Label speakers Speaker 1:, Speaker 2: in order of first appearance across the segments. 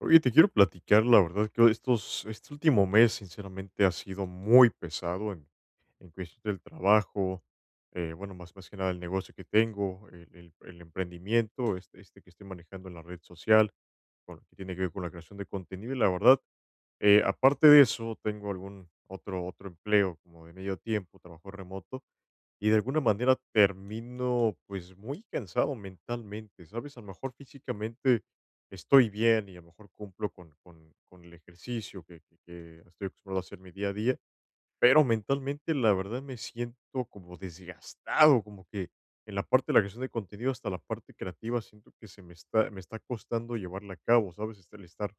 Speaker 1: Oye, te quiero platicar, la verdad que este último mes, sinceramente, ha sido muy pesado en cuestión del trabajo, bueno, más que nada el negocio que tengo, el emprendimiento, este que estoy manejando en la red social, con lo que tiene que ver con la creación de contenido. Y la verdad, aparte de eso, tengo algún otro empleo como de medio tiempo, trabajo remoto, y de alguna manera termino pues muy cansado mentalmente, ¿sabes? A lo mejor físicamente estoy bien y a lo mejor cumplo con el ejercicio que estoy acostumbrado a hacer mi día a día, pero mentalmente la verdad me siento como desgastado, como que en la parte de la creación de contenido hasta la parte creativa siento que me está costando llevarla a cabo, ¿sabes? El estar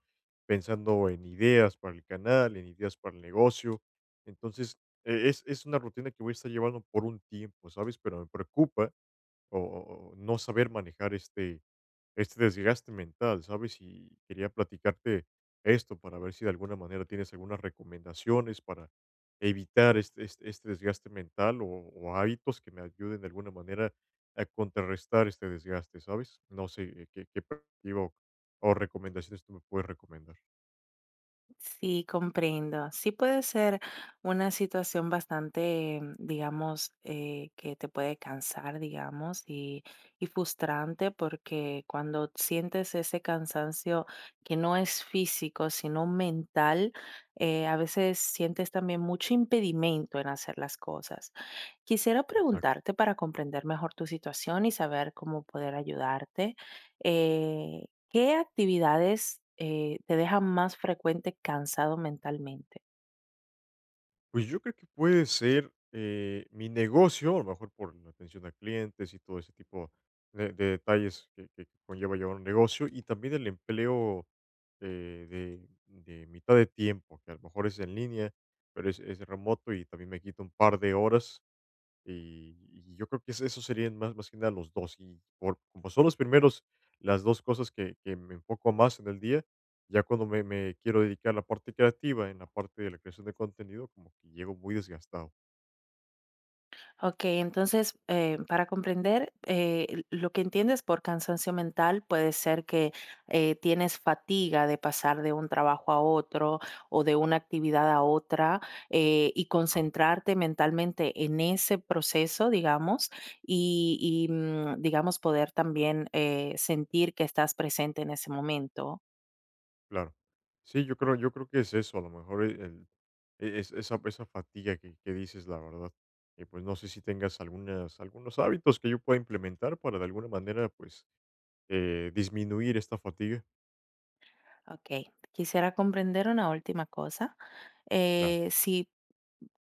Speaker 1: pensando en ideas para el canal, en ideas para el negocio. Entonces, es una rutina que voy a estar llevando por un tiempo, ¿sabes? Pero me preocupa o no saber manejar este desgaste mental, ¿sabes? Y quería platicarte esto para ver si de alguna manera tienes algunas recomendaciones para evitar este desgaste mental o hábitos que me ayuden de alguna manera a contrarrestar este desgaste, ¿sabes? No sé qué perspectiva o recomendaciones tú me puedes recomendar.
Speaker 2: Sí, comprendo. Sí puede ser una situación bastante, digamos, que te puede cansar, digamos, y frustrante porque cuando sientes ese cansancio que no es físico, sino mental, a veces sientes también mucho impedimento en hacer las cosas. Quisiera
Speaker 1: Exacto.
Speaker 2: preguntarte para comprender mejor tu situación y saber cómo poder ayudarte. ¿Qué actividades te dejan más frecuente cansado mentalmente?
Speaker 1: Pues yo creo que puede ser mi negocio, a lo mejor por la atención a clientes y todo ese tipo de detalles que conlleva llevar un negocio, y también el empleo eh, de, de mitad de tiempo, que a lo mejor es en línea, pero es remoto y también me quita un par de horas y yo creo que es eso, serían más que nada los dos, y por como son los primeros, las 2 cosas que me enfoco más en el día, ya cuando me quiero dedicar a la parte creativa, en la parte de la creación de contenido, como que llego muy desgastado.
Speaker 2: Ok, entonces, para comprender, lo que entiendes por cansancio mental puede ser que tienes fatiga de pasar de un trabajo a otro o de una actividad a otra, y
Speaker 1: Claro.
Speaker 2: concentrarte mentalmente en ese proceso, digamos, y digamos poder también sentir que estás presente en ese momento.
Speaker 1: Claro. Sí, yo creo que es eso, a lo mejor e el e es esa fatiga que dices, la verdad. Pues, no sé si tengas algunas algunos hábitos que yo pueda implementar para de alguna manera, pues, disminuir esta fatiga.
Speaker 2: Ok, quisiera comprender una última cosa.
Speaker 1: Claro.
Speaker 2: Si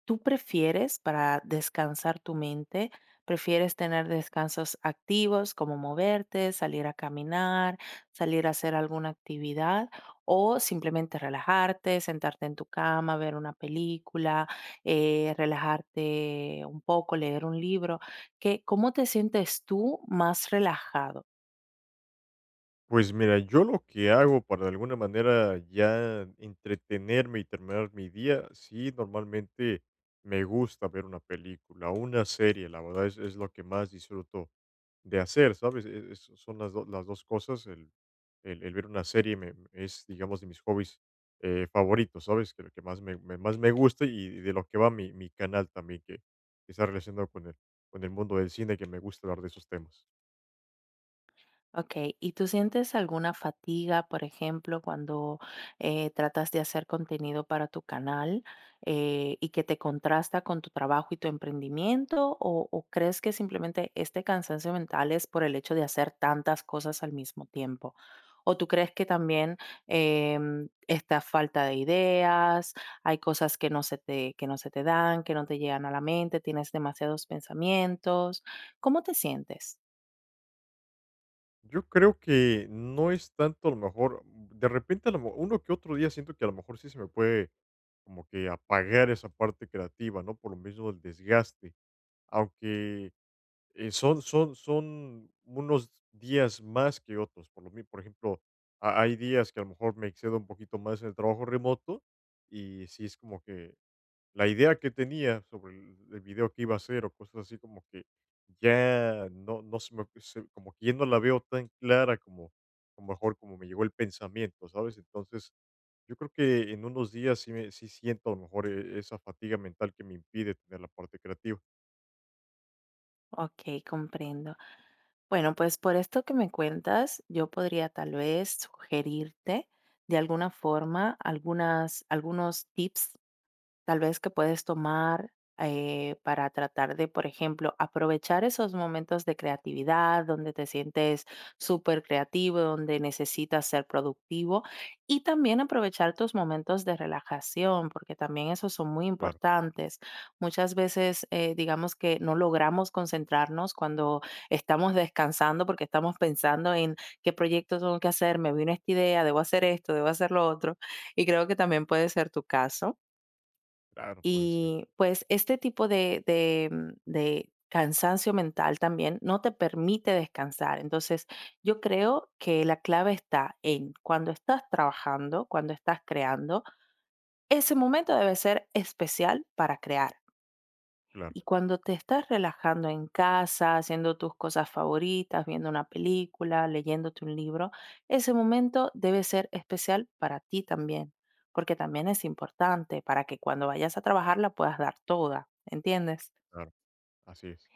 Speaker 2: tú prefieres para descansar tu mente, prefieres tener descansos activos como moverte, salir a caminar, salir a hacer alguna actividad o simplemente relajarte, sentarte en tu cama, ver una película, relajarte un poco, leer un libro. ¿Qué, cómo te sientes tú más relajado?
Speaker 1: Pues mira, yo lo que hago para de alguna manera ya entretenerme y terminar mi día, sí, normalmente me gusta ver una película, una serie, la verdad es lo que más disfruto de hacer, ¿sabes? Son las dos cosas, el, el ver una serie es, digamos, de mis hobbies favoritos, ¿sabes? Que lo que más más me gusta y de lo que va mi canal también, que está relacionado con el mundo del cine, que me gusta hablar de esos temas.
Speaker 2: Okey, ¿y tú sientes alguna fatiga, por ejemplo, cuando, tratas de hacer contenido para tu canal, y que te contrasta con tu trabajo y tu emprendimiento? ¿O crees que simplemente este cansancio mental es por el hecho de hacer tantas cosas al mismo tiempo? ¿O tú crees que también, esta falta de ideas, hay cosas que no se te que no se te dan, que no te llegan a la mente, tienes demasiados pensamientos? ¿Cómo te sientes?
Speaker 1: Yo creo que no es tanto a lo mejor, de repente uno que otro día siento que a lo mejor sí se me puede como que apagar esa parte creativa, ¿no? Por lo mismo el desgaste, aunque son unos días más que otros, por lo mismo, por ejemplo, hay días que a lo mejor me excedo un poquito más en el trabajo remoto y sí es como que la idea que tenía sobre el video que iba a hacer o cosas así, como que ya no como que ya no la veo tan clara como mejor como me llegó el pensamiento, ¿sabes? Entonces, yo creo que en unos días sí, sí siento a lo mejor esa fatiga mental que me impide tener la parte creativa.
Speaker 2: Okey, comprendo. Bueno, pues por esto que me cuentas, yo podría tal vez sugerirte de alguna forma algunas, algunos tips tal vez que puedes tomar para tratar de, por ejemplo, aprovechar esos momentos de creatividad donde te sientes súper creativo, donde necesitas ser productivo y también aprovechar tus momentos de relajación, porque también esos son muy
Speaker 1: Claro,
Speaker 2: importantes. Muchas veces, digamos que no logramos concentrarnos cuando estamos descansando porque estamos pensando en qué proyecto tengo que hacer, me vino esta idea, debo hacer esto, debo hacer lo otro, y creo que también puede ser tu caso.
Speaker 1: claro, puede ser.
Speaker 2: Y pues este tipo de, de de cansancio mental también no te permite descansar. Entonces, yo creo que la clave está en cuando estás trabajando, cuando estás creando, ese momento debe ser especial para crear.
Speaker 1: Claro,
Speaker 2: Y cuando te estás relajando en casa, haciendo tus cosas favoritas, viendo una película, leyéndote un libro, ese momento debe ser especial para ti también, porque también es importante para que cuando vayas a trabajar la puedas dar toda, ¿entiendes?
Speaker 1: claro, así es.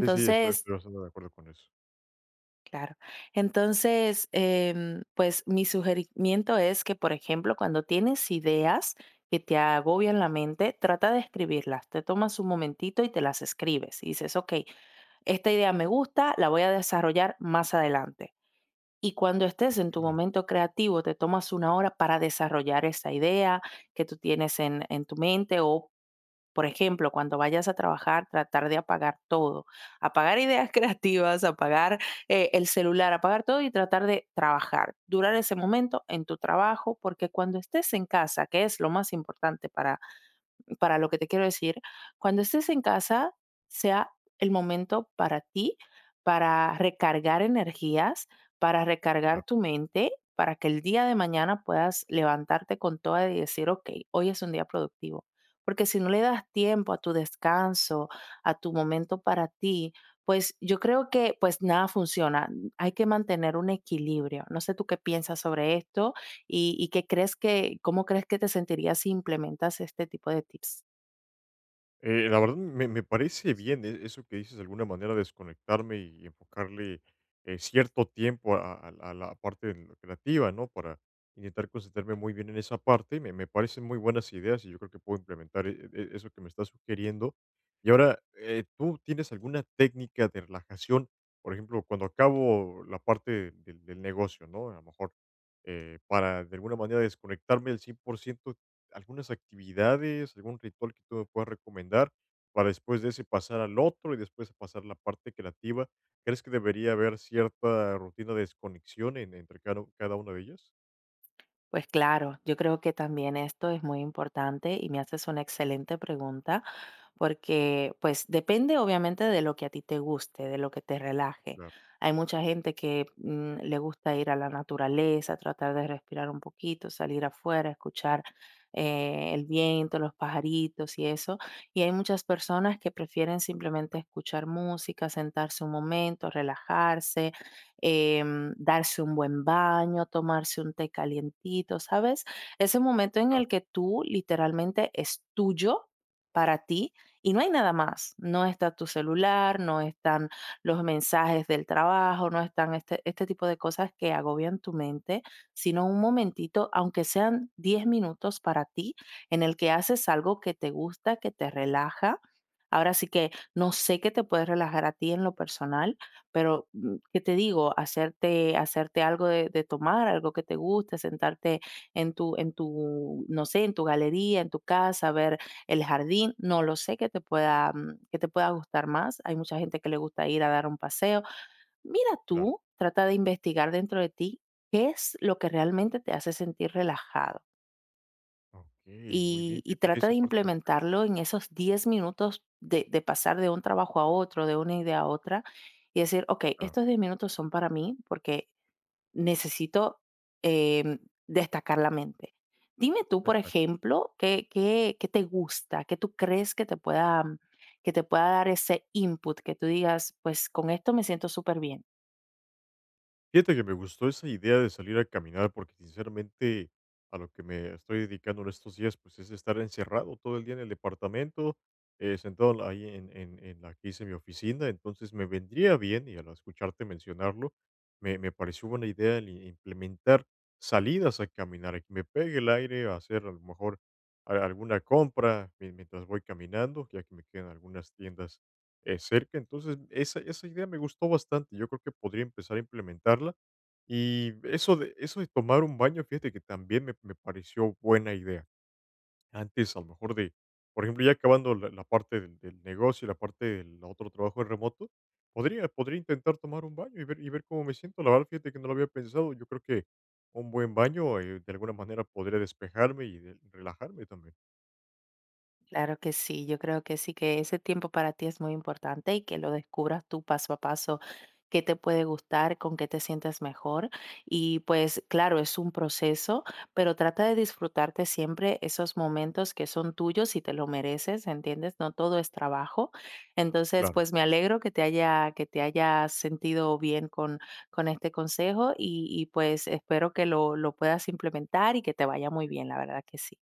Speaker 1: Sí, sí, estoy, estoy bastante de acuerdo con eso.
Speaker 2: claro, entonces, pues mi sugerimiento es que, por ejemplo, cuando tienes ideas que te agobian la mente, trata de escribirlas, te tomas un momentito y te las escribes y dices, ok, esta idea me gusta, la voy a desarrollar más adelante. Y cuando estés en tu
Speaker 1: Sí,
Speaker 2: momento creativo, te tomas una hora para desarrollar esa idea que tú tienes en tu mente o, por ejemplo, cuando vayas a trabajar, tratar de apagar todo, apagar ideas creativas, apagar el celular, apagar todo y tratar de trabajar, durar ese momento en tu trabajo, porque cuando estés en casa, que es lo más importante para lo que te quiero decir, cuando estés en casa, sea el momento para ti, para recargar energías, para recargar
Speaker 1: claro.
Speaker 2: tu mente, para que el día de mañana puedas levantarte con toda y decir, ok, hoy es un día productivo. Porque si no le das tiempo a tu descanso, a tu momento para ti, pues yo creo que pues nada funciona. Hay que mantener un equilibrio. No sé tú qué piensas sobre esto. Y qué crees que, cómo crees que te sentirías si implementas este tipo de tips?
Speaker 1: La verdad me parece bien eso que dices, de alguna manera desconectarme y enfocarle, cierto tiempo a la parte de lo creativa, ¿no? Para intentar concentrarme muy bien en esa parte. Me parecen muy buenas ideas y yo creo que puedo implementar eso que me estás sugiriendo. Y ahora, ¿tú tienes alguna técnica de relajación? Por ejemplo, cuando acabo la parte del negocio, ¿no? A lo mejor, para de alguna manera desconectarme del cien por ciento, algunas actividades, algún ritual que tú me puedas recomendar, para después de ese pasar al otro y después pasar la parte creativa. ¿Crees que debería haber cierta rutina de desconexión entre cada una de ellas?
Speaker 2: Pues claro, yo creo que también esto es muy importante y me haces una excelente pregunta. Porque pues depende obviamente de lo que a ti te guste, de lo que te relaje.
Speaker 1: Claro,
Speaker 2: Hay mucha gente que, le gusta ir a la naturaleza, tratar de respirar un poquito, salir afuera, escuchar el viento, los pajaritos y eso. Y hay muchas personas que prefieren simplemente escuchar música, sentarse un momento, relajarse, darse un buen baño, tomarse un té calientito, ¿sabes? Ese momento en el
Speaker 1: claro,
Speaker 2: que tú literalmente es tuyo para ti y no hay nada más, no está tu celular, no están los mensajes del trabajo, no están este, este tipo de cosas que agobian tu mente, sino un momentito, aunque sean 10 minutos para ti, en el que haces algo que te gusta, que te relaja. Ahora sí que no sé qué te puedes relajar a ti en lo personal, pero, ¿qué te digo? Hacerte, hacerte algo de tomar, algo que te guste, sentarte en tu, no sé, en tu galería, en tu casa, ver el jardín, no lo sé, que te pueda, que te pueda gustar más. Hay mucha gente que le gusta ir a dar un paseo. Mira
Speaker 1: claro.
Speaker 2: tú, trata de investigar dentro de ti qué es lo que realmente te hace sentir relajado
Speaker 1: Ok, muy bien.
Speaker 2: y
Speaker 1: Fíjate que
Speaker 2: trata
Speaker 1: esa
Speaker 2: de
Speaker 1: parte me gusta.
Speaker 2: implementarlo en esos 10 minutos de pasar de un trabajo a otro, de una idea a otra y decir, ok,
Speaker 1: Claro,
Speaker 2: estos 10 minutos son para mí porque necesito, em, destacar la mente. Dime tú, por
Speaker 1: exacto.
Speaker 2: ejemplo, ¿qué, qué, qué te gusta? ¿Qué tú crees que te pueda dar ese input? Que tú digas, pues con esto me siento súper bien.
Speaker 1: Fíjate que me gustó esa idea de salir a caminar, porque sinceramente a lo que me estoy dedicando en estos días pues es estar encerrado todo el día en el departamento, sentado ahí en la que hice mi oficina. Entonces, me vendría bien, y al escucharte mencionarlo me pareció buena idea el implementar salidas a caminar, a que me pegue el aire, a hacer a lo mejor alguna compra mientras voy caminando, ya que me quedan algunas tiendas cerca. Entonces, esa idea me gustó bastante. Yo creo que podría empezar a implementarla. Y eso de tomar un baño, fíjate que también me pareció buena idea. Antes, a lo mejor por ejemplo, ya acabando la parte del negocio y la parte del otro trabajo en remoto, podría intentar tomar un baño y ver y ver cómo me siento. La verdad, fíjate que no lo había pensado. Yo creo que un buen baño, de alguna manera, podría despejarme y relajarme también.
Speaker 2: Claro que sí, yo creo que sí, que ese tiempo para ti es muy importante y que lo descubras tú paso a paso, qué te puede gustar, con qué te sientes mejor. Y pues claro, es un proceso, pero trata de disfrutarte siempre esos momentos que son tuyos y te lo mereces, ¿entiendes? No todo es trabajo. Entonces,
Speaker 1: Claro.
Speaker 2: pues me alegro que te haya, que te hayas sentido bien con este consejo y pues espero que lo puedas implementar y que te vaya muy bien, la verdad que sí.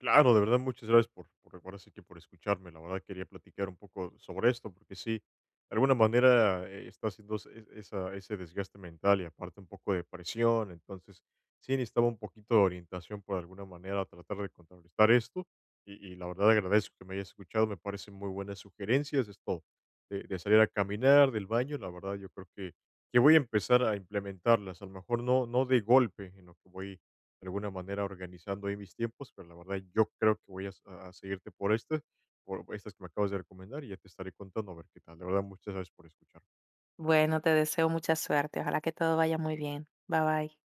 Speaker 1: Claro, de verdad, muchas gracias ahora sí que por escucharme. La verdad, quería platicar un poco sobre esto, porque sí, de alguna manera está haciendo ese desgaste mental y aparte un poco de presión. Entonces, sí necesitaba un poquito de orientación por alguna manera a tratar de contrarrestar esto. Y la verdad agradezco que me hayas escuchado. Me parecen muy buenas sugerencias esto de salir a caminar, del baño. La verdad, yo creo que voy a empezar a implementarlas. A lo mejor no de golpe, en lo que voy de alguna manera organizando ahí mis tiempos, pero la verdad yo creo que voy a seguirte por este, por estas que me acabas de recomendar, y ya te estaré contando a ver qué tal. La verdad, muchas gracias por escuchar.
Speaker 2: Bueno, te deseo mucha suerte. Ojalá que todo vaya muy bien. Bye bye.